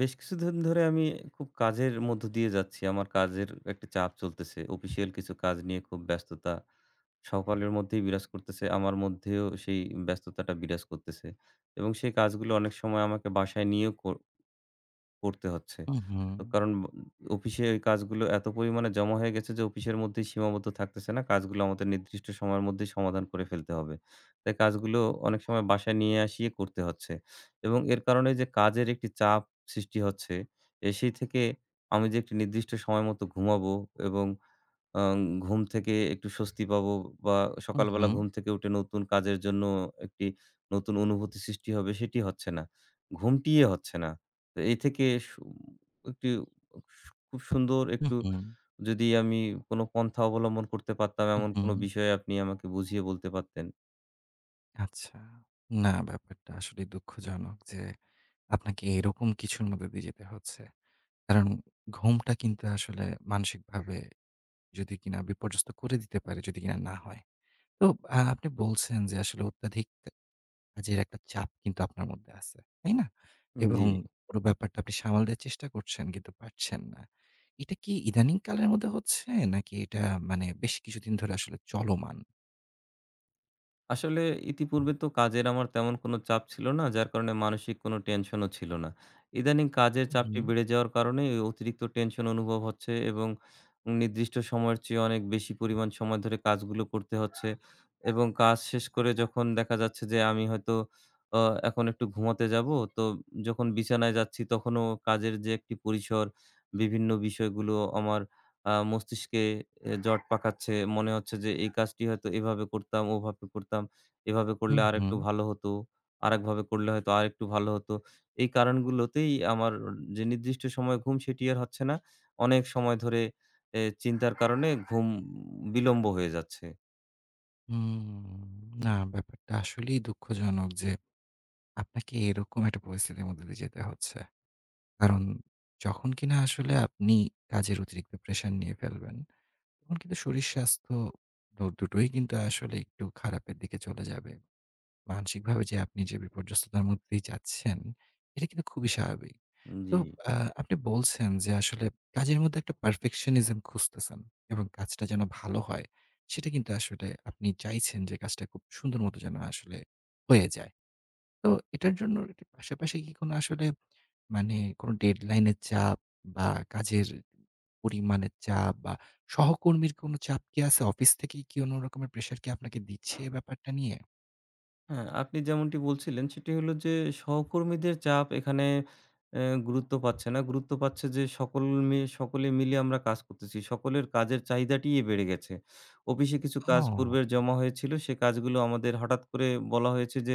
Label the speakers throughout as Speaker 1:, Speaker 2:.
Speaker 1: বেশ কিছুদিন ধরে আমি খুব কাজের মধ্য দিয়ে যাচ্ছি। আমার কাজের একটা চাপ চলতেছে। অফিসিয়াল কিছু কাজ নিয়ে খুব ব্যস্ততা সকলের মধ্যেই বিরাজ করতেছে। আমার মধ্যেও সেই ব্যস্ততাটা বিরাজ করতেছে এবং সেই কাজগুলো অনেক সময় আমাকে বাসায় নিয়েও করতে হচ্ছে।
Speaker 2: উহু,
Speaker 1: তো কারণ অফিসে এই কাজগুলো এত পরিমাণে জমা হয়ে গেছে যে অফিসের মধ্যেই সীমাবদ্ধ থাকতেছে না। কাজগুলো আমাদের নির্দিষ্ট সময়ের মধ্যেই সমাধান করে ফেলতে হবে। তাই কাজগুলো অনেক সময় বাসায় নিয়ে আসিয়ে করতে হচ্ছে। এবং এর কারণে যে কাজের একটি চাপ সৃষ্টি হচ্ছে, এ সেই থেকে আমি যে একটি নির্দিষ্ট সময় মতো ঘুমাবো এবং আ ঘুম থেকে একটু স্বস্তি পাবো বা সকালবেলা
Speaker 2: উহু,
Speaker 1: ঘুম থেকে উঠে নতুন কাজের জন্য একটি নতুন অনুভূতি সৃষ্টি হবে সেটি হচ্ছে না। ঘুমটিই হচ্ছে না। তো এ থেকে একটি খুব সুন্দর একটু
Speaker 2: উহু,
Speaker 1: যদি আমি কোনো পন্থা অবলম্বন করতে পারতাম এমন
Speaker 2: উহু।
Speaker 1: কোনো বিষয়ে আপনি আমাকে বুঝিয়ে বলতে পারতেন।
Speaker 2: আচ্ছা। না, ব্যাপারটা আসলেই দুঃখজনক যে আপনাকে এরকম কিছুর মধ্যে দিয়ে যেতে হচ্ছে। কারণ ঘুমটা কিন্তু আসলে মানসিকভাবে যদি কিনা বিপর্যস্ত করে দিতে পারে, যদি কিনা না হয়। তো আপনি বলছেন যে আসলে অত্যাধিক কাজের একটা চাপ কিন্তু আপনার মধ্যে আছে। তাই না?
Speaker 1: জি।
Speaker 2: এবং পুরো ব্যাপারটা আপনি সামাল দেওয়ার চেষ্টা করছেন, কিন্তু পারছেন না। এটা কি ইদানিং কালের মধ্যে হচ্ছে, নাকি এটা মানে বেশ কিছুদিন ধরে আসলে চলমান?
Speaker 1: আসলে ইতিপূর্বে তো কাজের আমার তেমন কোনো চাপ ছিল না, যার কারণে মানসিক কোনো টেনশনও ছিল না। ইদানিং কাজের চাপটি
Speaker 2: উহু।
Speaker 1: বেড়ে যাওয়ার কারণে এই অতিরিক্ত টেনশন অনুভব হচ্ছে এবং নির্দিষ্ট সময়ের চেয়ে অনেক বেশি পরিমাণ সময় ধরে কাজগুলো করতে হচ্ছে এবং কাজ শেষ করে যখন দেখা যাচ্ছে যে আমি হয়তো অ এখন একটু ঘুমাতে যাবো, তো যখন বিছানায় যাচ্ছি তখনও কাজের যে একটি পরিসর, বিভিন্ন বিষয়গুলো আমার মস্তিষ্কে এ জট পাকাচ্ছে। মনে হচ্ছে যে এই কাজটি হয়তো এভাবে করতাম, ওভাবে করতাম। এভাবে করলে
Speaker 2: হুম,
Speaker 1: আরেকটু
Speaker 2: হুম।
Speaker 1: ভালো হতো। আরেকভাবে করলে হয়তো আরেকটু ভালো হতো। এই কারণগুলোতেই আমার যে নির্দিষ্ট সময়ে ঘুম সেটি আর হচ্ছে না। অনেক সময় ধরে এ চিন্তার কারণে ঘুম বিলম্ব হয়ে যাচ্ছে।
Speaker 2: হুম। না, ব্যাপারটা আসলেই দুঃখজনক যে আপনাকে এরকম একটা পরিস্থিতির মধ্যে দিয়ে যেতে হচ্ছে। কারণ যখন কিনা আসলে আপনি কাজের অতিরিক্ত প্রেশার নিয়ে ফেলবেন, তখন কিন্তু শরীর স্বাস্থ্য দুটোই কিন্তু আসলে একটু খারাপের দিকে চলে যাবে। মানসিকভাবে যে আপনি যে বিপর্যস্ততার মধ্যে দিয়ে যাচ্ছেন, এটা কিন্তু খুবই স্বাভাবিক। তো
Speaker 1: জি।
Speaker 2: আ আপনি বলছেন যে আসলে কাজের মধ্যে একটা perfectionism খুঁজতেছেন এবং কাজটা যেন ভালো হয়। সেটা কিন্তু আসলে আপনি চাইছেন যে কাজটা খুব সুন্দর মতো যেন আসলে হয়ে যায়। তো এটার জন্য, এটার পাশাপাশি কি কোনো আসলে মানে কোনো ডেডলাইন এর চাপ বা কাজের পরিমাণের চাপ বা সহকর্মীর কোনো চাপ কি আছে? অফিস থেকেই কি কোনো রকমের প্রেশার কি আপনাকে দিচ্ছে এই ব্যাপারটা নিয়ে?
Speaker 1: হ্যাঁ, আপনি যেমনটি বলছিলেন সেটি হলো যে সহকর্মীদের চাপ এখানে এ গুরুত্ব পাচ্ছে না। গুরুত্ব পাচ্ছে যে সকল সকলে মিলে আমরা কাজ করতেছি। সকলের কাজের চাহিদাটিই বেড়ে গেছে। অফিসে কিছু কাজ
Speaker 2: ও!
Speaker 1: পূর্বের জমা হয়েছিল। সে কাজগুলো আমাদের হঠাৎ করে বলা হয়েছে যে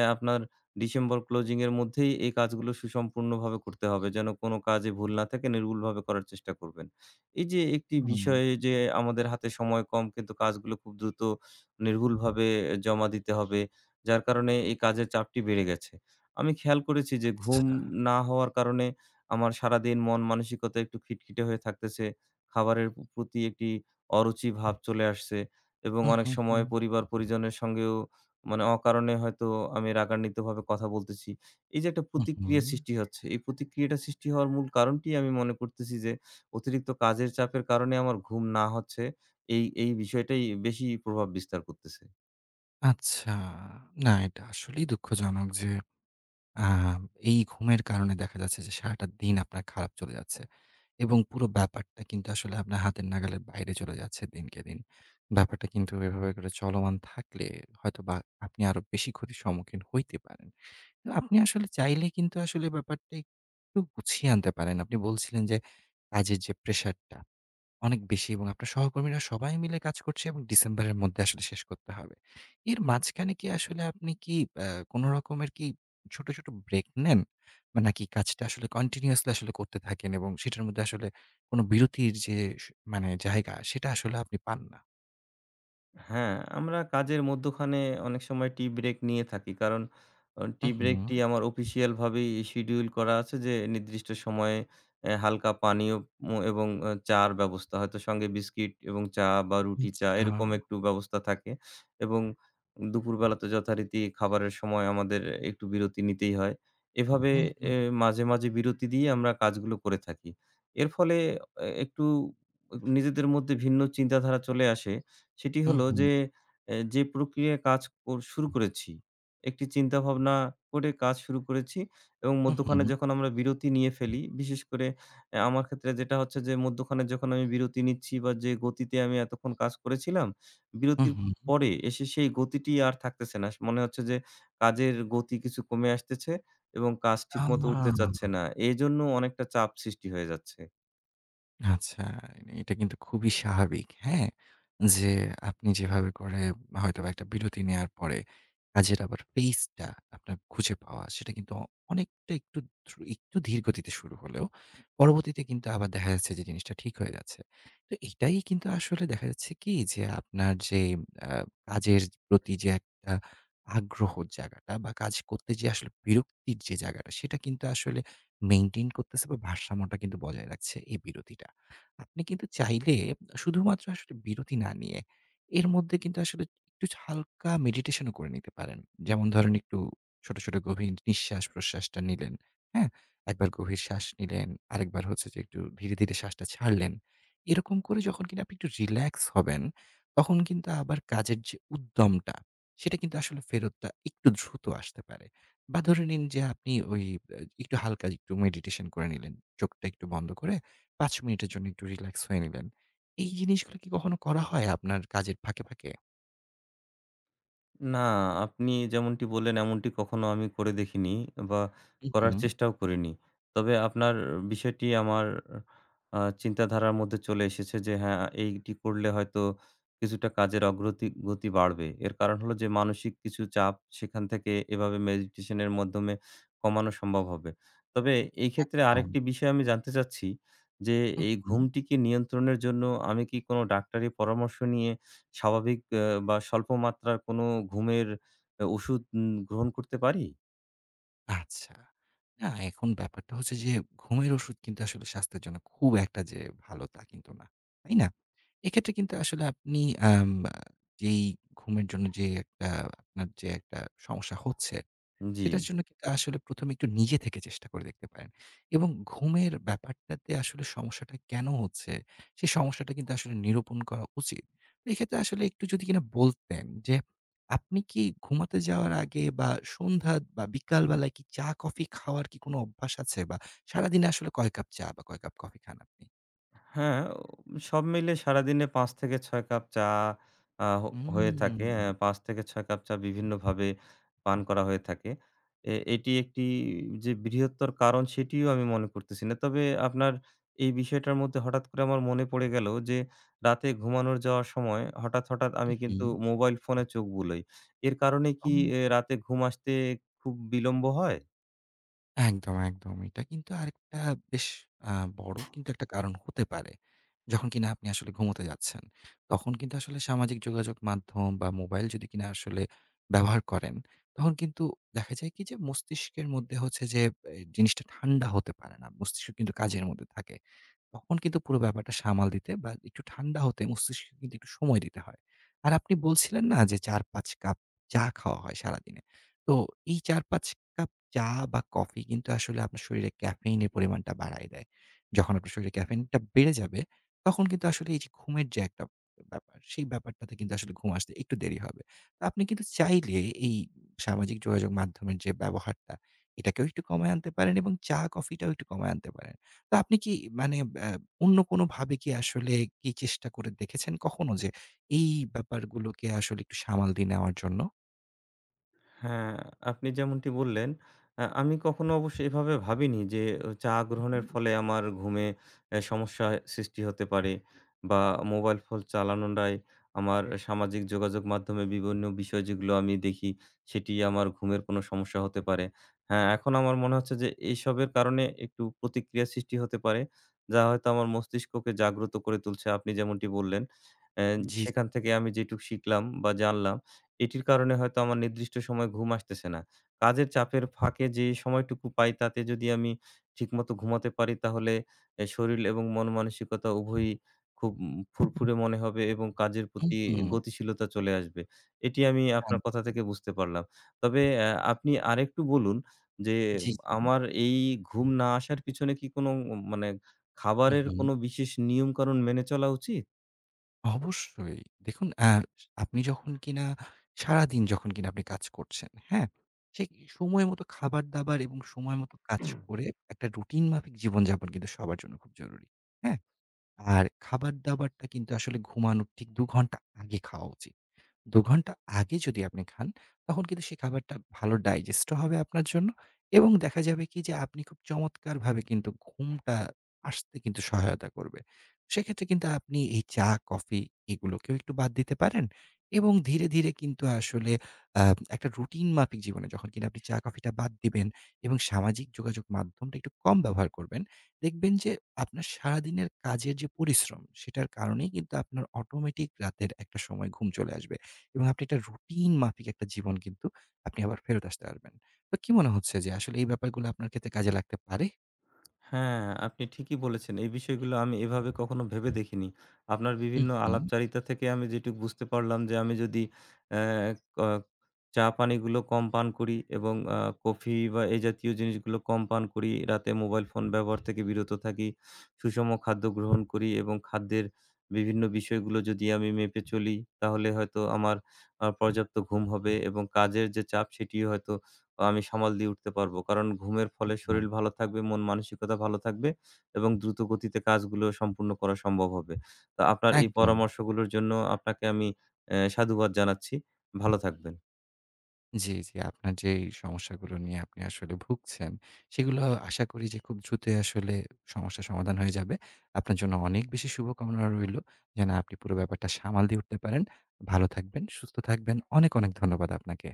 Speaker 1: আপনার ডিসেম্বর ক্লোজিং এর মধ্যেই এই কাজগুলো সুসম্পূর্ণভাবে করতে হবে। যেন কোনো কাজে ভুল না থাকে নির্ভুলভাবে করার চেষ্টা করবেন। এই যে একটি
Speaker 2: হুম,
Speaker 1: বিষয়ে যে আমাদের হাতে সময় কম কিন্তু কাজগুলো খুব দ্রুত নির্ভুলভাবে জমা দিতে হবে। যার কারণে এই কাজের চাপটি বেড়ে গেছে। আমি খেয়াল করেছি যে ঘুম
Speaker 2: আচ্ছা।
Speaker 1: না হওয়ার কারণে আমার সারাদিন মন মানসিকতা একটু খিটখিটে হয়ে থাকতেছে। খাবারের প্রতি একটি অরুচি ভাব চলে আসছে এবং
Speaker 2: হু,
Speaker 1: অনেক
Speaker 2: হু, হু।
Speaker 1: সময় পরিবার-পরিজনের সঙ্গেও মানে অকারণে হয়তো আমি রাগান্বিতভাবে কথা বলতেছি। এই যে একটা
Speaker 2: হু, হু।
Speaker 1: প্রতিক্রিয়া সৃষ্টি হচ্ছে, এই প্রতিক্রিয়াটা সৃষ্টি হওয়ার মূল কারণটি আমি মনে করতেছি যে অতিরিক্ত কাজের চাপের কারণে আমার ঘুম না হচ্ছে। এই বিষয়টাই বেশি প্রভাব বিস্তার করতেছে।
Speaker 2: আচ্ছা। না, এটা আসলেই দুঃখজনক যে আ এই ঘুমের কারণে দেখা যাচ্ছে যে সারাটা দিন আপনার খারাপ চলে যাচ্ছে এবং পুরো ব্যাপারটা কিন্তু আসলে আপনার হাতের নাগালের বাইরে চলে যাচ্ছে দিনকে দিন। ব্যাপারটা কিন্তু এভাবে করে চলমান থাকলে হয়তোবা আপনি আরো বেশি ক্ষতির সম্মুখীন হইতে পারেন। তো আপনি আসলে চাইলে কিন্তু আসলে ব্যাপারটা একটু গুছিয়ে আনতে পারেন। আপনি বলছিলেন যে কাজের যে প্রেশারটা অনেক বেশি এবং আপনার সহকর্মীরা সবাই মিলে কাজ করছে এবং ডিসেম্বরের মধ্যে আসলে শেষ করতে হবে। এর মাঝখানে কি আসলে আপনি কি আ কোনো রকমের কি ছোট, ছোট ব্রেক নেন? বা নাকি কাজটা আসলে কন্টিনিউয়াসলি আসলে করতে থাকেন এবং সেটার মধ্যে আসলে কোনো বিরতির যে স মানে জায়গা সেটা আসলে আপনি পান না?
Speaker 1: হ্যাঁ, আমরা কাজের মধ্যখানে অনেক সময় টি ব্রেক নিয়ে থাকি। কারণ
Speaker 2: হুম,
Speaker 1: টি
Speaker 2: হুম।
Speaker 1: ব্রেকটি আমার অফিসিয়াল ভাবেই শিডিউল করা আছে যে নির্দিষ্ট সময়ে এ হালকা পানীয় এবং চা'র ব্যবস্থা। হয়তো সঙ্গে বিস্কিট এবং চা বা রুটি চা
Speaker 2: আচ্ছা।
Speaker 1: এরকম একটু ব্যবস্থা থাকে। এবং দুপুরবেলা তো যথারীতি খাবারের সময় আমাদের একটু বিরতি নিতেই হয়। এভাবে
Speaker 2: হুম, হুম,
Speaker 1: এ মাঝে, মাঝে বিরতি দিয়ে আমরা কাজগুলো করে থাকি। এর ফলে এ একটু নিজেদের মধ্যে ভিন্ন চিন্তাধারা চলে আসে। সেটি
Speaker 2: হুম,
Speaker 1: হলো
Speaker 2: হুম,
Speaker 1: যে, এ যে প্রক্রিয়ায় কাজ শুরু করেছি, একটি চিন্তাভাবনা করে কাজ শুরু করেছি এবং মধ্যখানে
Speaker 2: হুম,
Speaker 1: যখন আমরা বিরতি নিয়ে ফেলি, বিশেষ করে আমার ক্ষেত্রে যেটা হচ্ছে যে, মধ্যখানে যখন আমি বিরতি নিচ্ছি বা যে গতিতে আমি এতক্ষণ কাজ করেছিলাম,
Speaker 2: হুম,
Speaker 1: বিরতির
Speaker 2: হুম।
Speaker 1: পরে এসে সেই গতিটি আর থাকতেছে না। মনে হচ্ছে যে কাজের গতি কিছু কমে আসতেছে এবং কাজ
Speaker 2: আ
Speaker 1: ঠিকমতো উঠতে চাচ্ছে না। এজন্য অনেকটা চাপ সৃষ্টি হয়ে যাচ্ছে।
Speaker 2: আচ্ছা, এটা কিন্তু খুবই স্বাভাবিক, হ্যাঁ? যে আপনি যেভাবে করে হয়তোবা একটা বিরতি নেয়ার পরে কাজের আবার পেইস টা আপনার খুঁজে পাওয়া, সেটা কিন্তু অনেকটা একটু একটু ধীর গতিতে শুরু হলেও পরবর্তীতে কিন্তু আবার দেখা যাচ্ছে যে জিনিসটা ঠিক হয়ে যাচ্ছে। তো এটাই কিন্তু আসলে দেখা যাচ্ছে কি যে আপনার যে আ কাজের প্রতি যে একটা আগ্রহর জায়গাটা বা কাজ করতে যে আসলে বিরক্তির যে জায়গাটা, সেটা কিন্তু আসলে মেইনটেইন করতেছে বা ভারসাম্যটা কিন্তু বজায় রাখছে এই বিরতিটা। আপনি কিন্তু চাইলে শুধুমাত্র আসলে বিরতি না নিয়ে এর মধ্যে কিন্তু আসলে একটু হালকা মেডিটেশনও করে নিতে পারেন। যেমন ধরেন একটু ছোট, ছোট গভীর নিঃশ্বাস-প্রশ্বাসটা নিলেন, হ্যাঁ? একবার গভীর শ্বাস নিলেন, আরেকবার হচ্ছে যে একটু ধীরে, ধীরে শ্বাসটা ছাড়লেন। এরকম করে যখন কিনা আপনি একটু রিল্যাক্স হবেন, তখন কিন্তু আবার কাজের যে উদ্যমটা, সেটা কিন্তু আসলে ফেরতটা একটু দ্রুত আসতে পারে। বা ধরে নিন যে আপনি ওই একটু হালকা একটু মেডিটেশন করে নিলেন। চোখটা একটু বন্ধ করে ৫ মিনিটের জন্য একটু রিল্যাক্স হয়ে নিলেন। এই জিনিসগুলো কি কখনো করা হয় আপনার কাজের ফাঁকে, ফাঁকে?
Speaker 1: না, আপনি যেমনটি বললেন এমনটি কখনো আমি করে দেখিনি বা
Speaker 2: হু,
Speaker 1: করার
Speaker 2: হুম।
Speaker 1: চেষ্টাও করিনি। তবে আপনার বিষয়টি আমার চিন্তাধারার মধ্যে চলে এসেছে যে হ্যাঁ, এইটি করলে হয়তো কিছুটা কাজের অগ্রতি গতি বাড়বে। এর কারণ হলো যে মানসিক কিছু চাপ সেখান থেকে এভাবে মেডিটেশন এর মাধ্যমে কমানো সম্ভব হবে। তবে এই ক্ষেত্রে আরেকটি
Speaker 2: কাউন্ট
Speaker 1: বিষয় আমি জানতে চাচ্ছি যে
Speaker 2: হুম,
Speaker 1: এই
Speaker 2: হুম।
Speaker 1: ঘুমটিকে নিয়ন্ত্রণের জন্য আমি কি কোনো ডাক্তারি পরামর্শ নিয়ে স্বাভাবিক বা স্বল্প মাত্রার কোনো ঘুমের ওষুধ গ্রহণ করতে পারি?
Speaker 2: আচ্ছা। না, এখন ব্যাপারটা হচ্ছে যে ঘুমের ওষুধ কিন্তু আসলে স্বাস্থ্যের জন্য খুব একটা যে ভালো তা কিন্তু না। তাই না? এক্ষেত্রে কিন্তু আসলে আপনি আম যেই ঘুমের জন্য যে একটা আপনার যে একটা সমস্যা হচ্ছে,
Speaker 1: জি।
Speaker 2: সেটার জন্য কিন্তু আসলে ১ম এ একটু নিজে থেকে চেষ্টা করে দেখতে পারেন। এবং ঘুমের ব্যাপারটাতে আসলে সমস্যাটা কেন হচ্ছে? সেই সমস্যাটা কিন্তু আসলে নিরূপণ করা উচিত। তো এক্ষেত্রে আসলে একটু যদি কিনা বলতেন যে, আপনি কি ঘুমাতে যাওয়ার আগে বা সন্ধ্যা বা বিকাল বেলায় কি চা কফি খাওয়ার কি কোনো অভ্যাস আছে? বা সারাদিনে আসলে কয় কাপ চা বা কয় কাপ কফি খান আপনি?
Speaker 1: হ্যাঁ, সব মিলিয়ে সারাদিনে ৫ থেকে ৬ কাপ চা আ হ হয়ে
Speaker 2: হুম।
Speaker 1: থাকে। হ্যাঁ, ৫ থেকে ৬ কাপ চা বিভিন্নভাবে পান করা হয়ে থাকে। এ এটি একটি যে বৃহত্তর কারণ সেটিও আমি মনে করতেছি না। তবে আপনার এই বিষয়টার মধ্যে হঠাৎ করে আমার মনে পড়ে গেল যে রাতে ঘুমানোর যাওয়ার সময় হঠাৎ, হঠাৎ আমি
Speaker 2: উহু।
Speaker 1: কিন্তু মোবাইল ফোনে চোখ বুলাই। এর কারণে কি
Speaker 2: ও।
Speaker 1: এ রাতে ঘুম আসতে খুব বিলম্ব হয়?
Speaker 2: একদম, একদম। এটা কিন্তু আরেকটা বেশ আ বড় কিন্তু একটা কারণ হতে পারে। যখন কিনা আপনি আসলে ঘুমোতে যাচ্ছেন, তখন কিন্তু আসলে সামাজিক যোগাযোগ মাধ্যম বা মোবাইল যদি কিনা আসলে ব্যবহার করেন, তখন কিন্তু দেখা যায় কি যে মস্তিষ্কের মধ্যে হচ্ছে যে এ জিনিসটা ঠান্ডা হতে পারে না। মস্তিষ্ক কিন্তু কাজের মধ্যে থাকে। তখন কিন্তু পুরো ব্যাপারটা সামাল দিতে বা একটু ঠান্ডা হতে মস্তিষ্ককে কিন্তু একটু সময় দিতে হয়। আর আপনি বলছিলেন না যে ৪-৫ কাপ চা খাওয়া হয় সারাদিনে। তো এই ৪-৫ কাপ চা বা কফি কিন্তু আসলে আপনার শরীরে ক্যাফেইনের পরিমাণটা বাড়ায় দেয়। যখন আপনার শরীরে ক্যাফেইনটা বেড়ে যাবে, তখন কিন্তু আসলে এই যে ঘুমের যে একটা ব্যাপার, সেই ব্যাপারটাতে কিন্তু আসলে ঘুম আসতে একটু দেরি হবে। তো আপনি কিন্তু চাইলে এই সামাজিক যোগাযোগ মাধ্যমের যে ব্যবহারটা, এটাকেও একটু কমায় আনতে পারেন এবং চা, কফিটাও একটু কমায় আনতে পারেন। তো আপনি কি মানে অ্যা অন্য কোনোভাবে কি আসলে কি চেষ্টা করে দেখেছেন কখনো যে, এই ব্যাপারগুলোকে আসলে একটু সামাল দিয়ে নেওয়ার জন্য?
Speaker 1: হ্যাঁ, আপনি যেমনটি বললেন, আমি কখনো অবশ্য এভাবে ভাবিনি যে চা গ্রহণের
Speaker 2: হুম,
Speaker 1: ফলে আমার ঘুমে সমস্যা সৃষ্টি হতে পারে বা মোবাইল ফোন চালানোটাই আমার সামাজিক যোগাযোগ মাধ্যমে বিভিন্ন বিষয় যেগুলো আমি দেখি, সেটি আমার ঘুমের কোনো সমস্যা হতে পারে। হ্যাঁ, এখন আমার মনে হচ্ছে যে এইসবের কারণে একটু প্রতিক্রিয়া সৃষ্টি হতে পারে, যা হয়তো আমার মস্তিষ্ককে জাগ্রত করে তুলছে আপনি যেমনটি বললেন। অ্যা
Speaker 2: জি।
Speaker 1: সেখান থেকে আমি যেটুক শিখলাম বা জানলাম এটির কারণে হয়তো আমার নির্দিষ্ট সময়ে ঘুম আসতেছে না। কাজের চাপের ফাঁকে যে সময়টুকু পাই তাতে যদি আমি ঠিকমতো ঘুমাতে পারি তাহলে এ শরীর এবং মন মানসিকতা উভয়ই খুব ফুরফুরে মনে হবে এবং কাজের
Speaker 2: হুম,
Speaker 1: প্রতি
Speaker 2: হুম।
Speaker 1: গতিশীলতা চলে আসবে। এটি আমি
Speaker 2: আন
Speaker 1: আপনার কথা থেকে বুঝতে পারলাম। তবে আপনি আরেকটু বলুন যে
Speaker 2: জি, জি।
Speaker 1: আমার এই ঘুম না আসার পিছনে কি কোনো মানে
Speaker 2: হুম,
Speaker 1: খাবারের
Speaker 2: হুম।
Speaker 1: কোনো বিশেষ নিয়ম-কানুন মেনে চলা উচিত?
Speaker 2: অবশ্যই। দেখুন, আপনি যখন কিনা সারাদিন যখন কিনা আপনি কাজ করছেন, হ্যাঁ? সেই সময় মতো খাবার-দাবার এবং সময় মতো কাজ করে একটা রুটিন মাফিক জীবনযাপন কিন্তু সবার জন্য খুব জরুরি। হ্যাঁ? আর খাবার-দাবারটা কিন্তু আসলে ঘুমানোর ঠিক ২ ঘন্টা আগে খাওয়া উচিত। ২ ঘন্টা আগে যদি আপনি খান, তখন কিন্তু সেই খাবারটা ভালো ডাইজেস্ট ও হবে আপনার জন্য এবং দেখা যাবে কি যে আপনি খুব চমৎকারভাবে কিন্তু ঘুমটা আসতে কিন্তু সহায়তা করবে। সেক্ষেত্রে কিন্তু আপনি এই চা, কফি এগুলোকেও একটু বাদ দিতে পারেন এবং ধীরে, ধীরে কিন্তু আসলে আ একটা রুটিন মাফিক জীবনে যখন কিনা আপনি চা, কফিটা বাদ দিবেন এবং সামাজিক যোগাযোগ মাধ্যমটা একটু কম ব্যবহার করবেন, দেখবেন যে আপনার সারাদিনের কাজের যে পরিশ্রম, সেটার কারণেই কিন্তু আপনার অটোমেটিক রাতের একটা সময় ঘুম চলে আসবে। এবং আপনি একটা রুটিন মাফিক একটা জীবন কিন্তু আপনি আবার ফেরত আসতে পারবেন। তো কি মনে হচ্ছে যে আসলে এই ব্যাপারগুলো আপনার ক্ষেত্রে কাজে লাগতে পারে?
Speaker 1: হ্যাঁ, আপনি ঠিকই বলেছেন। এই বিষয়গুলো আমি এভাবে কখনো ভেবে দেখিনি। আপনার
Speaker 2: হু,
Speaker 1: বিভিন্ন
Speaker 2: হু।
Speaker 1: আলাপচারিতা থেকে আমি যেটুকু বুঝতে পারলাম যে আমি যদি অ্যা ক চা পানিগুলো কম পান করি এবং কফি বা এই জাতীয় জিনিসগুলো কম পান করি, রাতে মোবাইল ফোন ব্যবহার থেকে বিরত থাকি, সুষম খাদ্য গ্রহণ করি এবং খাদ্যের বিভিন্ন বিষয়গুলো যদি আমি মেপে চলি, তাহলে হয়তো আমার পর্যাপ্ত ঘুম হবে এবং কাজের যে চাপ সেটিও হয়তো আমি সামাল দিয়ে উঠতে পারবো। কারণ ঘুমের ফলে
Speaker 2: একদম,
Speaker 1: শরীর ভালো থাকবে, মন মানসিকতা ভালো থাকবে এবং দ্রুত গতিতে কাজগুলো সম্পূর্ণ করা সম্ভব হবে। তো আপনার এই
Speaker 2: একদম।
Speaker 1: পরামর্শগুলোর জন্য আপনাকে আমি সাধুবাদ জানাচ্ছি। ভালো থাকবেন।
Speaker 2: জি, জি। আপনার যে এই সমস্যাগুলো নিয়ে আপনি আসলে ভুগছেন, সেগুলো আশা করি যে খুব দ্রুতই আসলে সমস্যার সমাধান হয়ে যাবে। আপনার জন্য অনেক বেশি শুভকামনা রইলো যেন আপনি পুরো ব্যাপারটা সামাল দিয়ে উঠতে পারেন। ভালো থাকবেন, সুস্থ থাকবেন। অনেক, অনেক ধন্যবাদ আপনাকে।